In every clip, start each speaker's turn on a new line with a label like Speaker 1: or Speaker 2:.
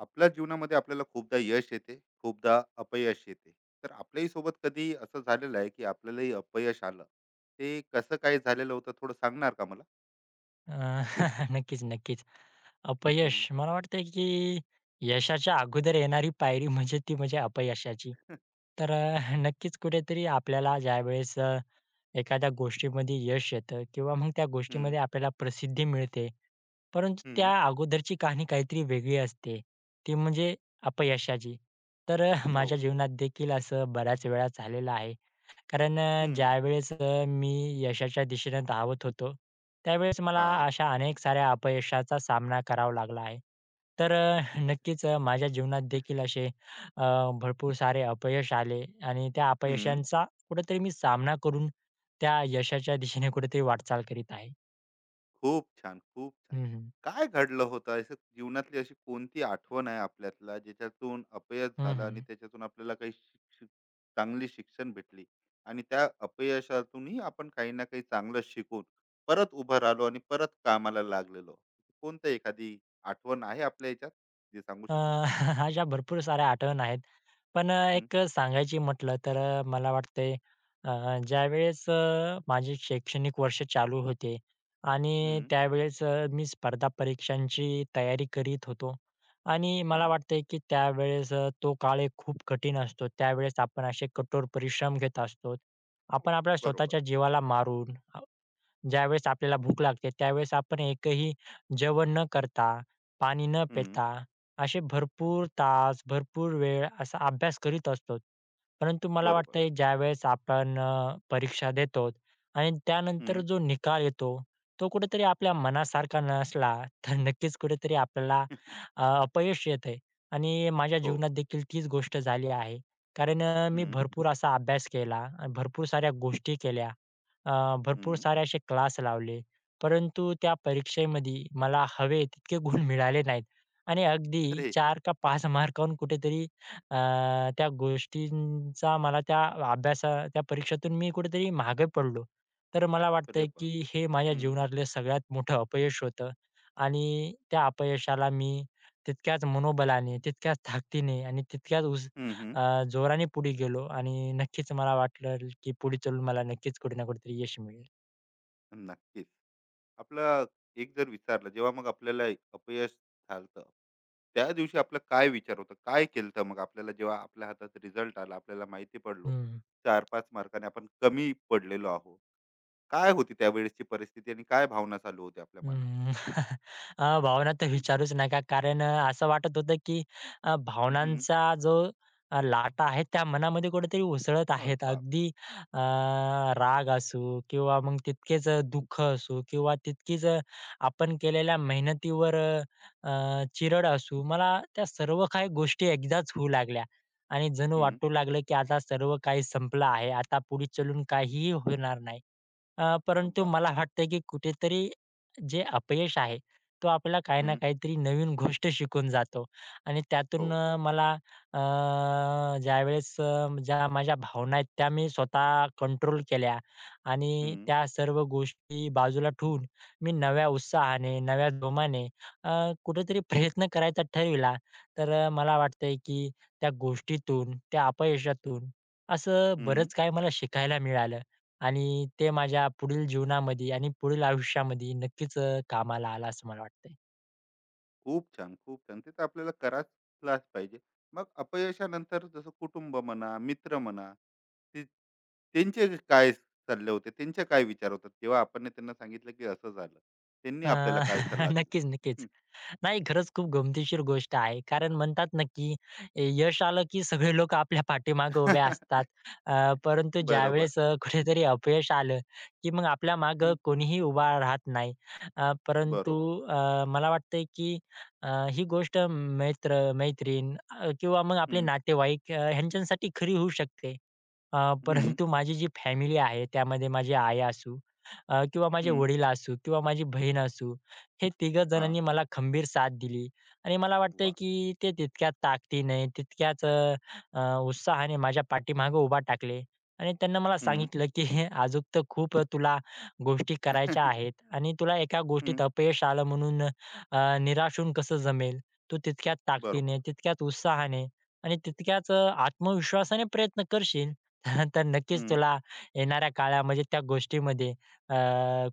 Speaker 1: आपल्या जीवनामध्ये आपल्याला खूपदा यश येते, खूपदा अपयश येते. तर आपल्याही सोबत कधी असं झालेलं आहे की आपल्यालाही अपयश आलं? ते कसं काय झालेलं होतं, थोडं सांगणार का मला?
Speaker 2: अ, नक्कीच, नक्कीच. अपयश
Speaker 1: हम्म.
Speaker 2: मला वाटतंय, की यशाच्या अगोदर येणारी पायरी म्हणजे ती म्हणजे अपयशाची. तर नक्कीच कुठेतरी आपल्याला ज्यावेळेस एखाद्या गोष्टीमध्ये यश येतं किंवा मग त्या
Speaker 1: हम्म.
Speaker 2: गोष्टीमध्ये आपल्याला प्रसिद्धी मिळते. परंतु त्या
Speaker 1: हम्म.
Speaker 2: अगोदरची कहाणी काहीतरी वेगळी असते. ती म्हणजे अपयशाची. तर
Speaker 1: हो.
Speaker 2: माझ्या जीवनात देखील असं बऱ्याच वेळा झालेलं आहे. कारण
Speaker 1: हम्म.
Speaker 2: ज्यावेळेस मी यशाच्या दिशेने धावत होतो, त्यावेळेस मला
Speaker 1: हा.
Speaker 2: अशा अनेक साऱ्या अपयशाचा सामना करावा लागला आहे. तर
Speaker 1: अच्छा.
Speaker 2: नक्कीच माझ्या जीवनात देखील असे भरपूर सारे अपयश आले आणि त्या
Speaker 1: हम्म.
Speaker 2: अपयशांचा कुठेतरी मी सामना करून त्या यशाच्या दिशेने कुठेतरी वाटचाल करीत आहे.
Speaker 1: खूप छान, खूप छान.
Speaker 2: हं, हं.
Speaker 1: काय घडलं होतं? असं जीवनातली अशी कोणती आठवण आहे आपल्यातला ज्याच्यातून अपयश
Speaker 2: हं,
Speaker 1: झालं आणि
Speaker 2: हं.
Speaker 1: त्याच्यातून आपल्याला काही शिक शिक चांगली शिक्षण भेटली आणि त्या अपयशातूनही आपण काही ना काही चांगलं शिकून परत उभं राहिलो आणि परत कामाला लागलेलो. कोणतं एखादी आठवण आहे आपल्या ह्याच्यात जे सांगू
Speaker 2: अ,
Speaker 1: शकणार?
Speaker 2: अशा भरपूर साऱ्या आठवण आहेत. पण
Speaker 1: हं,
Speaker 2: एक सांगायची म्हटलं तर मला वाटतंय ज्यावेळेस माझे शैक्षणिक वर्ष चालू होते आणि
Speaker 1: हं.
Speaker 2: त्यावेळेस मी स्पर्धा परीक्षांची तयारी करीत होतो आणि मला
Speaker 1: हां.
Speaker 2: वाटतंय की त्यावेळेस तो काळ एक खूप कठीण असतो. त्यावेळेस आपण असे कठोर परिश्रम घेत असतो. आपण आपल्या
Speaker 1: बरोबर.
Speaker 2: स्वतःच्या जीवाला मारून ज्यावेळेस आपल्याला भूक लागते त्यावेळेस आपण एकही जेवण न करता, पाणी न
Speaker 1: हं.
Speaker 2: पिता असे भरपूर तास, भरपूर वेळ असा अभ्यास करीत असतो. परंतु मला
Speaker 1: बरोबर.
Speaker 2: वाटतंय ज्यावेळेस आपण परीक्षा देतो आणि त्यानंतर
Speaker 1: हं.
Speaker 2: जो निकाल येतो, तो कुठेतरी आपल्या मनासारखा नसला तर नक्कीच कुठेतरी आपल्याला अपयश येतंय आणि माझ्या
Speaker 1: हो.
Speaker 2: जीवनात देखील तीच गोष्ट झाली आहे. कारण मी
Speaker 1: हं,
Speaker 2: भरपूर असा अभ्यास केला आणि भरपूर साऱ्या गोष्टी केल्या. भरपूर
Speaker 1: हं.
Speaker 2: सारे असे क्लास लावले, परंतु त्या परीक्षेमध्ये मला हवे तितके गुण मिळाले नाहीत आणि अगदी
Speaker 1: अरे!
Speaker 2: चार का 5 मार्कावरून कुठेतरी अ, त्या गोष्टींचा मला त्या परीक्षेतून मी कुठेतरी मागे पडलो. तर मला
Speaker 1: अरे
Speaker 2: वाटतंय की
Speaker 1: बाप!
Speaker 2: हे माझ्या
Speaker 1: हं,
Speaker 2: जीवनातलं सगळ्यात मोठं अपयश होतं आणि त्या अपयशाला मी तितक्याच मनोबलाने, तितक्याच ताकदीने आणि तितक्याच
Speaker 1: हं, हं.
Speaker 2: जोराने पुढे गेलो आणि नक्कीच मला वाटलं की पुढे चालून मला नक्कीच कुठे ना कुठेतरी यश मिळेल.
Speaker 1: नक्कीच. आपला एक जर विचारलं, जेव्हा मग आपल्याला अपयश झालतं त्या दिवशी आपलं काय विचार होतं, काय केलं मग आपल्याला, जेव्हा आपल्या हातात रिझल्ट आला आपल्याला माहिती पडलो
Speaker 2: हं.
Speaker 1: 4-5 मार्काने आपण कमी पडलेलो आहोत, काय होती त्यावेळेसची परिस्थिती आणि काय भावना चालू होती आपल्या मनात?
Speaker 2: हम्म. भावना तर
Speaker 1: हम्म.
Speaker 2: विचारूच नका. कारण असं वाटत होतं की
Speaker 1: हम्म.
Speaker 2: भावनांचा जो लाटा आहे त्या मनामध्ये कुठेतरी उसळत
Speaker 1: हं,
Speaker 2: आहेत.
Speaker 1: बाप.
Speaker 2: अगदी अ, राग असू किंवा मग तितकेच दुःख असू किंवा तितकीच आपण केलेल्या मेहनतीवर अ, अ, चिरड असू. मला त्या सर्व काही गोष्टी एकदाच होऊ लागल्या आणि जणू
Speaker 1: हम्म.
Speaker 2: वाटू लागलं की आता सर्व काही संपलं आहे. आता पुढे चलून काहीही होणार नाही. परंतु मला
Speaker 1: बापरे.
Speaker 2: वाटतंय की कुठेतरी जे अपयश आहे, तो आपल्याला काही ना
Speaker 1: हम्म.
Speaker 2: काहीतरी नवीन गोष्ट शिकवून जातो आणि
Speaker 1: हो.
Speaker 2: त्यातून मला ज्यावेळेस ज्या माझ्या भावना आहेत, त्या मी स्वतः कंट्रोल केल्या आणि
Speaker 1: हम्म.
Speaker 2: त्या सर्व गोष्टी बाजूला ठेवून मी नव्या उत्साहाने, नव्या जोमाने अ, कुठेतरी प्रयत्न करायचा ठरविला. तर मला वाटतंय की त्या गोष्टीतून, त्या अपयशातून असं
Speaker 1: हम्म.
Speaker 2: बरंच काही मला शिकायला मिळालं. आणि ते माझ्या पुढील जीवनामध्ये आणि पुढील आयुष्यामध्ये नक्कीच कामाला आला असं मला वाटतंय.
Speaker 1: खूप छान, खूप छान. ते तर आपल्याला करायलाच पाहिजे. मग अपयशानंतर जसं कुटुंब म्हणा, मित्र म्हणा, ते त्यांचे जे काय सल्ले होते? त्यांचे काय विचार होतात जेव्हा आपण ने त्यांना सांगितलं, की असं झालं, त्यांनी
Speaker 2: अ,
Speaker 1: आपल्याला काय सल्ला दिला?
Speaker 2: नक्कीच, नक्कीच.
Speaker 1: हं.
Speaker 2: नाही, खरंच खूप गमतीशीर गोष्ट आहे. कारण म्हणतात ना, की ए, यश आलं की सगळे लोक आपल्या पाठीमागे उभे असतात. परंतु
Speaker 1: बरोबर.
Speaker 2: ज्यावेळेस कुठेतरी अपयश आलं, की मग आपल्या माग
Speaker 1: हं.
Speaker 2: कोणीही उभा राहत नाही. परंतु
Speaker 1: बरोबर.
Speaker 2: मला वाटतंय की ही गोष्ट मित्र, मैत्रीण किंवा मग आपले
Speaker 1: हं,
Speaker 2: नातेवाईक ह्यांच्यासाठी खरी होऊ शकते. अ,
Speaker 1: हं,
Speaker 2: परंतु माझी जी फॅमिली आहे, त्यामध्ये माझी आई असू किंवा माझे
Speaker 1: हं.
Speaker 2: वडील असू किंवा माझी बहीण असू हे तिघं
Speaker 1: हां.
Speaker 2: जणांनी मला खंबीर साथ दिली आणि मला वाटतंय
Speaker 1: वाह!
Speaker 2: की ते तितक्याच ताकदीने, तितक्याच अ, अ, उत्साहाने माझ्या पाठीमागे उभा टाकले आणि त्यांना मला
Speaker 1: हं.
Speaker 2: सांगितलं की "हे अजूक तर खूप तुला गोष्टी करायच्या आहेत आणि तुला एका
Speaker 1: हं.
Speaker 2: गोष्टीत अपयश आलं म्हणून निराश होऊन कसं जमेल? तू तितक्याच
Speaker 1: बरोबर.
Speaker 2: ताकदीने, तितक्याच उत्साहाने आणि तितक्याच आत्मविश्वासाने प्रयत्न करशील तर नक्कीच
Speaker 1: हं,
Speaker 2: तुला येणाऱ्या काळामध्ये त्या गोष्टीमध्ये अ,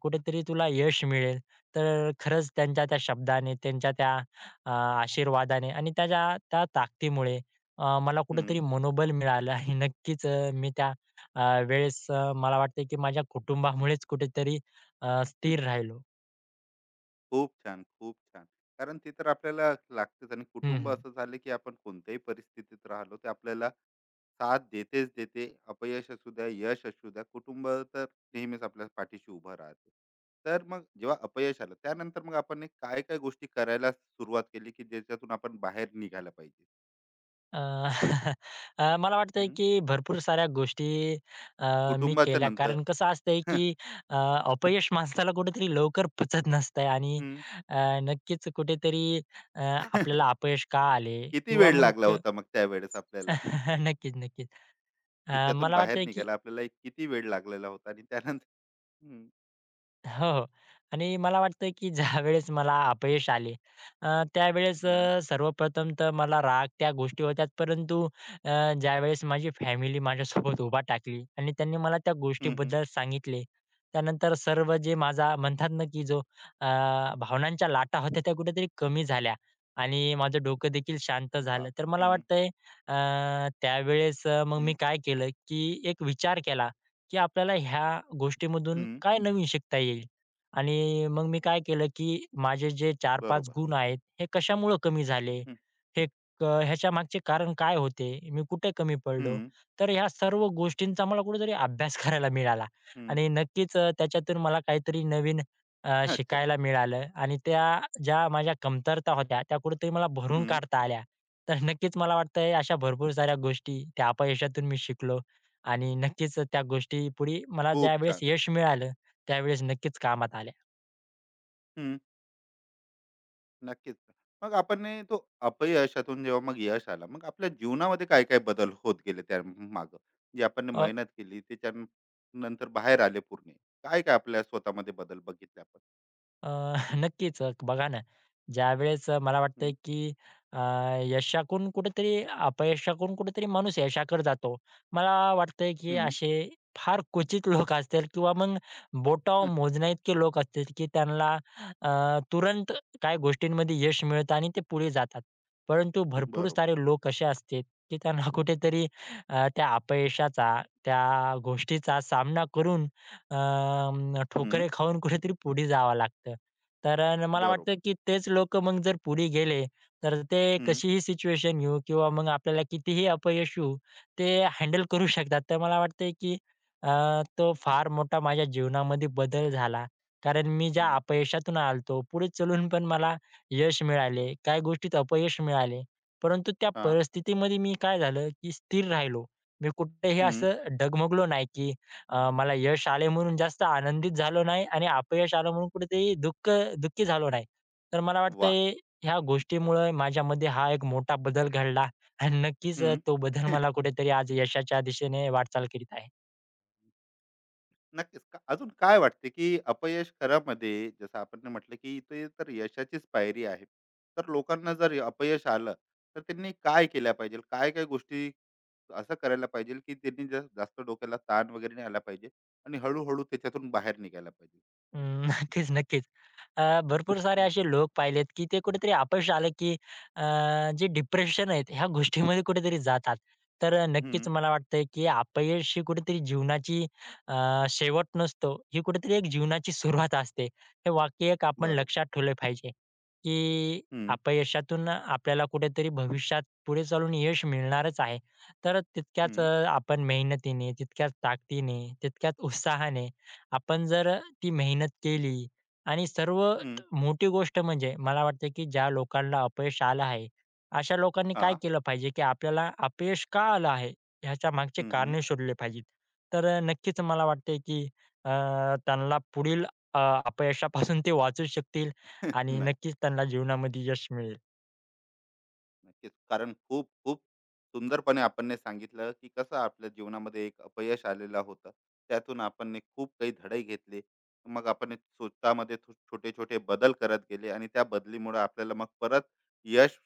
Speaker 2: कुठेतरी तुला यश मिळेल." तर खरंच त्यांच्या त्या शब्दाने, त्यांच्या त्या आशीर्वादाने आणि त्याच्या त्या ताकदीमुळे मला
Speaker 1: हं.
Speaker 2: कुठेतरी मनोबल मिळालं आणि नक्कीच मी त्या अ, वेळेस मला वाटतंय की माझ्या कुटुंबामुळेच कुठेतरी स्थिर राहिलो.
Speaker 1: खूप छान, खूप छान. कारण ते तर आपल्याला लागतेच, आणि
Speaker 2: हं,
Speaker 1: कुटुंब
Speaker 2: हं.
Speaker 1: असं झालं, की आपण कोणत्याही परिस्थितीत राहिलो, ते आपल्याला साथ देतेच देते. अपयश असू द्या, यश असू द्या, कुटुंब तर नेहमीच आपल्या पाठीशी उभं राहते. तर मग जेव्हा अपयश आलं, त्यानंतर मग आपण एक काय-काय गोष्टी करायला सुरुवात केली, की ज्याच्यातून आपण बाहेर निघायला पाहिजे?
Speaker 2: अ, मला वाटतंय
Speaker 1: हं,
Speaker 2: की भरपूर साऱ्या गोष्टी मी
Speaker 1: कुटुंबाच्या
Speaker 2: केल्या.
Speaker 1: नंतर.
Speaker 2: कारण कसं असतंय की अ, अपयश माणसाला कुठेतरी लवकर पचत नसतंय आणि
Speaker 1: हं.
Speaker 2: अ, नक्कीच कुठेतरी आपल्याला अपयश का आले
Speaker 1: किती
Speaker 2: किंवा
Speaker 1: वेळ लागला
Speaker 2: मग
Speaker 1: होता मग त्यावेळेस आपल्याला?
Speaker 2: नक्कीच, नक्कीच.
Speaker 1: तिच्यातून
Speaker 2: मला
Speaker 1: बाहेर
Speaker 2: वाटतंय की
Speaker 1: निघायला आपल्याला एक किती वेळ लागलेला होता आणि त्यानंतर? हं,
Speaker 2: हो, हो. आणि मला वाटतं की ज्यावेळेस मला अपयश आले, त्यावेळेस
Speaker 1: हं.
Speaker 2: सर्वप्रथम तर मला राग त्या गोष्टी होत्याच. परंतु ज्यावेळेस माझी फॅमिली माझ्यासोबत उभा टाकली आणि त्यांनी मला त्या
Speaker 1: हं, हं.
Speaker 2: गोष्टीबद्दल सांगितले. त्यानंतर सर्व जे माझा म्हणतात ना की जो अ, भावनांच्या लाटा होत्या त्या कुठेतरी कमी झाल्या आणि माझं डोकं देखील शांत झालं.
Speaker 1: बाप!
Speaker 2: तर मला
Speaker 1: हं,
Speaker 2: वाटतंय अ, त्यावेळेस मग मी
Speaker 1: हं,
Speaker 2: काय केलं की एक विचार केला की आपल्याला ह्या गोष्टीमधून
Speaker 1: हं.
Speaker 2: काय नवीन शिकता येईल? आणि मग मी काय केलं, की माझे जे चार 5
Speaker 1: बरोबर.
Speaker 2: गुण आहेत, हे कशामुळं कमी झाले?
Speaker 1: हं,
Speaker 2: हे ह्याच्या मागचे कारण काय होते? मी कुठे कमी पडलो?
Speaker 1: हं,
Speaker 2: तर ह्या सर्व गोष्टींचा मला कुठेतरी अभ्यास करायला मिळाला
Speaker 1: हं.
Speaker 2: आणि नक्कीच त्याच्यातून मला काहीतरी नवीन
Speaker 1: अच्छा.
Speaker 2: शिकायला मिळालं आणि त्या ज्या माझ्या कमतरता होत्या, त्या कुठेतरी मला भरून
Speaker 1: हं.
Speaker 2: काढता आल्या. तर नक्कीच मला वाटतंय अशा भरपूर साऱ्या गोष्टी त्या अपयशातून मी शिकलो आणि नक्कीच त्या गोष्टी पुढे मला
Speaker 1: खूप
Speaker 2: ज्यावेळेस
Speaker 1: छान.
Speaker 2: यश मिळालं, त्यावेळेस नक्कीच कामात आल्या.
Speaker 1: हं. नक्कीच. मग आपण हे तो अपयशातून जेव्हा मग यश आलं, मग आपल्या जीवनामध्ये काय-काय बदल होत गेले त्यामागं? जे आपण ने मेहनत केली त्याच्यानंतर बाहेर आले पूर्ण. काय-काय आपल्या स्वतःमध्ये बदल बघितले आपण?
Speaker 2: अ, नक्कीच. बघा ना, ज्यावेळेस मला वाटतंय
Speaker 1: हं,
Speaker 2: की अ, यशाकडून कुठेतरी अपयशाकडून कुठेतरी माणूस यशाकडे जातो. मला वाटतंय की
Speaker 1: हं,
Speaker 2: असे फार क्वचित लोक असतील किंवा मग बोटावर
Speaker 1: हं.
Speaker 2: मोजण्याइतके लोक असतील की त्यांना तुरंत काही गोष्टींमध्ये यश मिळतं आणि ते पुढे जातात. परंतु भरपूर
Speaker 1: बरोबर.
Speaker 2: सारे लोक असे असतात की त्यांना कुठेतरी त्या अपयशाचा, त्या गोष्टीचा सामना करून
Speaker 1: हं.
Speaker 2: ठोकरे खाऊन कुठेतरी पुढे जावं लागतं. तर मला वाटतं
Speaker 1: बरोबर.
Speaker 2: की तेच लोक मग जर पुढे गेले, तर ते
Speaker 1: हं,
Speaker 2: कशीही सिच्युएशन येऊ किंवा मग आपल्याला कितीही अपयश येऊ, ते हँडल करू शकतात. तर मला वाटतंय की अ, तो फार मोठा माझ्या जीवनामध्ये बदल झाला. कारण मी ज्या
Speaker 1: हं.
Speaker 2: अपयशातून आलतो, पुढे चलून पण मला यश मिळाले, काही गोष्टीत अपयश मिळाले. परंतु त्या
Speaker 1: हां.
Speaker 2: परिस्थितीमध्ये मी काय झालं, की स्थिर राहिलो. मी कुठेही
Speaker 1: हं.
Speaker 2: असं डगमगलो नाही की मला यश आले म्हणून जास्त आनंदित झालो नाही आणि अपयश आलं म्हणून कुठेतरी दुःखी झालो नाही. तर मला
Speaker 1: वाह!
Speaker 2: वाटतंय ह्या गोष्टीमुळे माझ्यामध्ये हा एक मोठा बदल घडला आणि नक्कीच तो बदल मला कुठेतरी आज यशाच्या दिशेने वाटचाल करीत आहे.
Speaker 1: नक्कीच. का अजून काय वाटते, की अपयश खरामध्ये जसं आपण ने म्हटलं, की ते तर यशाचीच पायरी आहे. तर लोकांना जर अपयश आलं, तर त्यांनी काय केल्या पाहिजे? काय-काय गोष्टी असं करायला पाहिजे, की त्यांनी जा जास्त डोक्याला ताण वगैरे नाही आला पाहिजे आणि हळू-हळू त्याच्यातून बाहेर निघायला पाहिजे?
Speaker 2: नक्कीच, नक्कीच. अ, भरपूर सारे
Speaker 1: हं,
Speaker 2: असे लोक पाहिलेत, की ते कुठेतरी अपयश आलं, की अ, जे डिप्रेशन आहेत ह्या गोष्टीमध्ये कुठेतरी जातात. तर नक्कीच
Speaker 1: हं.
Speaker 2: मला वाटतंय, की अपयश ही कुठेतरी जीवनाची अ, शेवट नसतो. ही कुठेतरी एक जीवनाची सुरुवात असते. हे वाक्य एक आपण
Speaker 1: बरोबर.
Speaker 2: लक्षात ठेवलं पाहिजे, की
Speaker 1: हं,
Speaker 2: अपयशातून आपल्याला कुठेतरी भविष्यात पुढे चालून यश मिळणारच आहे. तर तितक्याच
Speaker 1: हं,
Speaker 2: आपण मेहनतीने, तितक्याच ताकदीने, तितक्याच उत्साहाने आपण जर ती मेहनत केली आणि
Speaker 1: हं.
Speaker 2: सर्वात मोठी गोष्ट म्हणजे मला वाटतं, की ज्या लोकांना अपयश आलं आहे, अशा लोकांनी काय
Speaker 1: हां.
Speaker 2: केलं पाहिजे, की आपल्याला अपयश का आलं आहे, ह्याच्या मागचे
Speaker 1: हं, हं.
Speaker 2: कारणे शोधले पाहिजेत. तर नक्कीच मला वाटते, की अ, त्यांना पुढील अ, अपयशापासून ते वाचू शकतील आणि नक्कीच
Speaker 1: नक्की.
Speaker 2: त्यांना जीवनामध्ये यश मिळेल.
Speaker 1: नक्कीच. कारण खूप खूप सुंदरपणे आपण सांगितलं की कसं आपल्या जीवनामध्ये एक अपयश आलेलं होतं, त्यातून आपण खूप काही धडे घेतले, मग आपण स्वतःमध्ये छोटे छोटे बदल करत गेले आणि त्या बदलीमुळे आपल्याला मग परत यश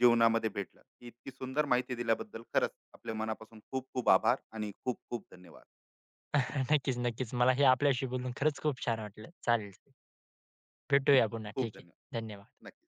Speaker 1: जीवनामध्ये भेटलं. ही इतकी सुंदर माहिती दिल्याबद्दल खरंच आपल्या मनापासून खूप खूप आभार आणि खूप खूप धन्यवाद.
Speaker 2: नक्कीच, नक्कीच. मला हे आपल्याशी बोलून खरंच खूप छान वाटलं. चालेल, भेटूया पुन्हा.
Speaker 1: खूप
Speaker 2: ठीक आहे.
Speaker 1: धन्यवाद.
Speaker 2: धन्यवाद.
Speaker 1: नक्की.